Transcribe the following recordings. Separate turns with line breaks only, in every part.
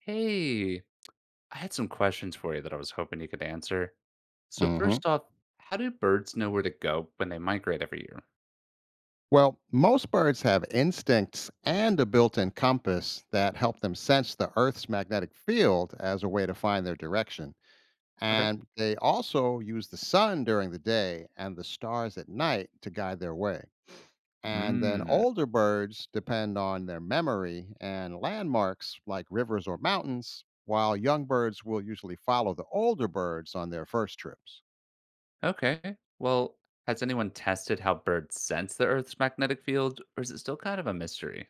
Hey, I had some questions for you that I was hoping you could answer. So
Hmm.
first off, how do birds know where to go when they migrate every year?
Well, most birds have instincts and a built in compass that help them sense the Earth's magnetic field as a way to find their direction.
Okay.
And they also use the sun during the day and the stars at night to guide their way. And then
Mm,
older birds depend on their memory and landmarks like rivers or mountains, while young birds will usually follow the older birds on their first trips.
okay. Well, has anyone tested how birds sense the Earth's magnetic field, or is it still kind of a mystery?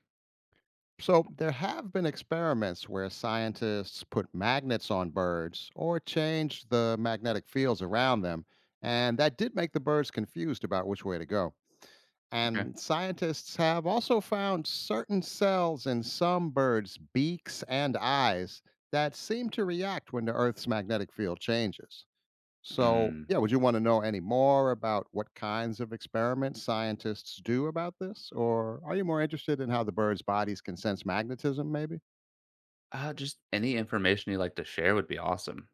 So, there have been experiments where scientists put magnets on birds or changed the magnetic fields around them, and that did make the birds confused about which way to go.
Okay.
And scientists have also found certain cells in some birds' beaks and eyes that seem to react when the Earth's magnetic field changes. So,
Mm,
yeah, would you want to know any more about what kinds of experiments scientists do about this? Or are you more interested in how the birds' bodies can sense magnetism, maybe?
just any information you'd like to share would be awesome.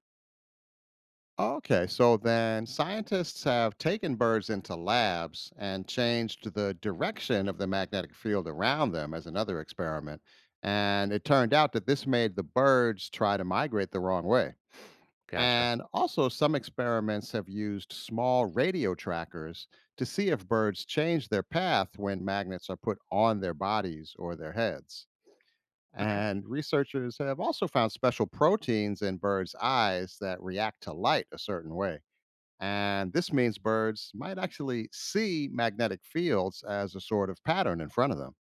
Okay, so then scientists have taken birds into labs and changed the direction of the magnetic field around them as another experiment. And it turned out that this made the birds try to migrate the wrong way.
Gotcha.
And also, some experiments have used small radio trackers to see if birds change their path when magnets are put on their bodies or their heads.
Okay.
And researchers have also found special proteins in birds' eyes that react to light a certain way. And this means birds might actually see magnetic fields as a sort of pattern in front of them.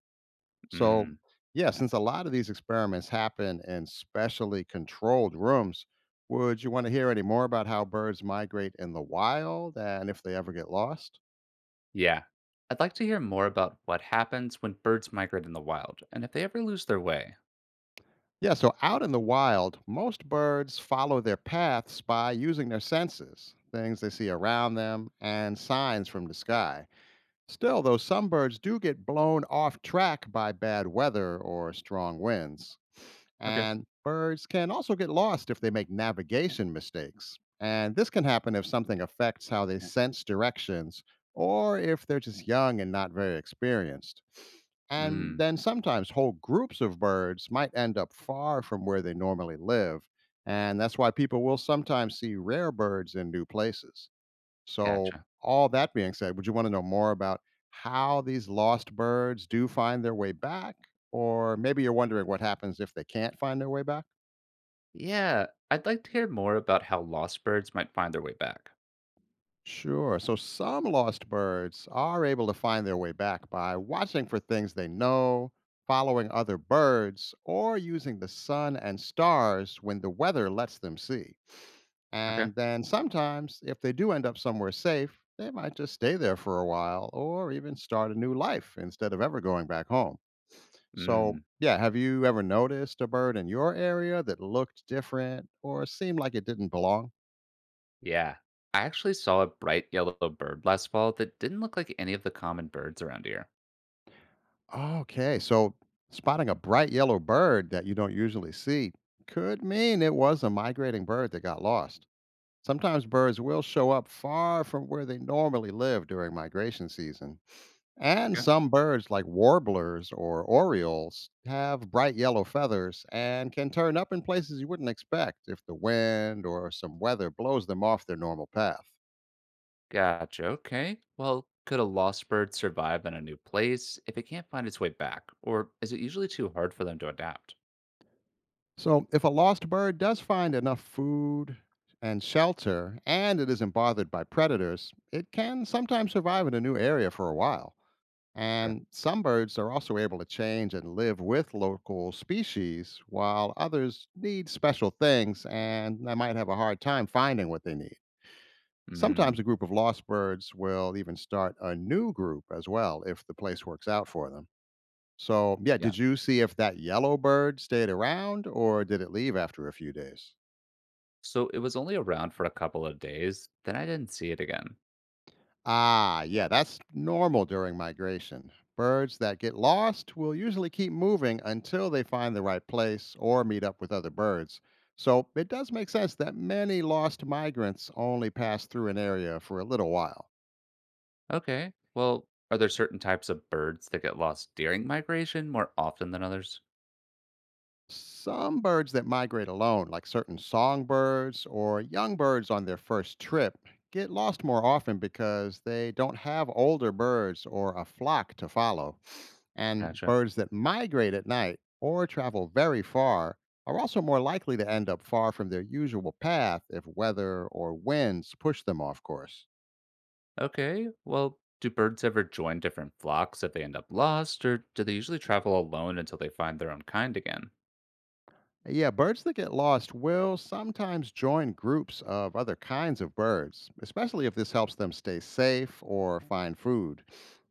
So,
Mm,
yeah, since a lot of these experiments happen in specially controlled rooms, would you want to hear any more about how birds migrate in the wild and if they ever get lost?
yeah. I'd like to hear more about what happens when birds migrate in the wild and if they ever lose their way.
Yeah, so out in the wild, most birds follow their paths by using their senses, things they see around them, and signs from the sky. Still, though, some birds do get blown off track by bad weather or strong winds.
Okay.
And birds can also get lost if they make navigation mistakes. And this can happen if something affects how they sense directions or if they're just young and not very experienced. And
Mm,
then sometimes whole groups of birds might end up far from where they normally live. And that's why people will sometimes see rare birds in new places. So,
Gotcha.
all that being said, would you want to know more about how these lost birds do find their way back? Or maybe you're wondering what happens if they can't find their way back?
Yeah, I'd like to hear more about how lost birds might find their way back.
Sure. So, some lost birds are able to find their way back by watching for things they know, following other birds, or using the sun and stars when the weather lets them see.
Okay.
And then sometimes, if they do end up somewhere safe, they might just stay there for a while or even start a new life instead of ever going back home. So,
Mm,
yeah, have you ever noticed a bird in your area that looked different or seemed like it didn't belong?
yeah. I actually saw a bright yellow bird last fall that didn't look like any of the common birds around here.
Okay, so spotting a bright yellow bird that you don't usually see could mean it was a migrating bird that got lost. Sometimes birds will show up far from where they normally live during migration season. And
Okay.
some birds, like warblers or orioles, have bright yellow feathers and can turn up in places you wouldn't expect if the wind or some weather blows them off their normal path.
Gotcha. Okay. Well, could a lost bird survive in a new place if it can't find its way back? Or is it usually too hard for them to adapt?
So, if a lost bird does find enough food and shelter and it isn't bothered by predators, it can sometimes survive in a new area for a while.
Sure.
And some birds are also able to change and live with local species, while others need special things and they might have a hard time finding what they need. Sometimes
Mm,
a group of lost birds will even start a new group as well if the place works out for them. So, yeah,
yeah.
did you see if that yellow bird stayed around or did it leave after a few days?
So it was only around for a couple of days, then I didn't see it again.
Ah, yeah, that's normal during migration. Birds that get lost will usually keep moving until they find the right place or meet up with other birds. So it does make sense that many lost migrants only pass through an area for a little while.
Okay. Well, are there certain types of birds that get lost during migration more often than others?
Some birds that migrate alone, like certain songbirds or young birds on their first trip, get lost more often because they don't have older birds or a flock to follow. And
Gotcha.
birds that migrate at night or travel very far are also more likely to end up far from their usual path if weather or winds push them off course.
Okay. Well, do birds ever join different flocks if they end up lost, or do they usually travel alone until they find their own kind again?
Yeah, birds that get lost will sometimes join groups of other kinds of birds, especially if this helps them stay safe or find food.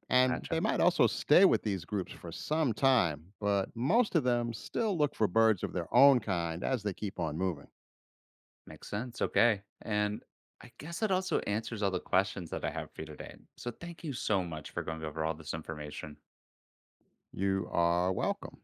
And they
Gotcha.
might also stay with these groups for some time, but most of them still look for birds of their own kind as they keep on moving.
Makes sense. Okay. And I guess that also answers all the questions that I have for you today. So thank you so much for going over all this information.
You are welcome.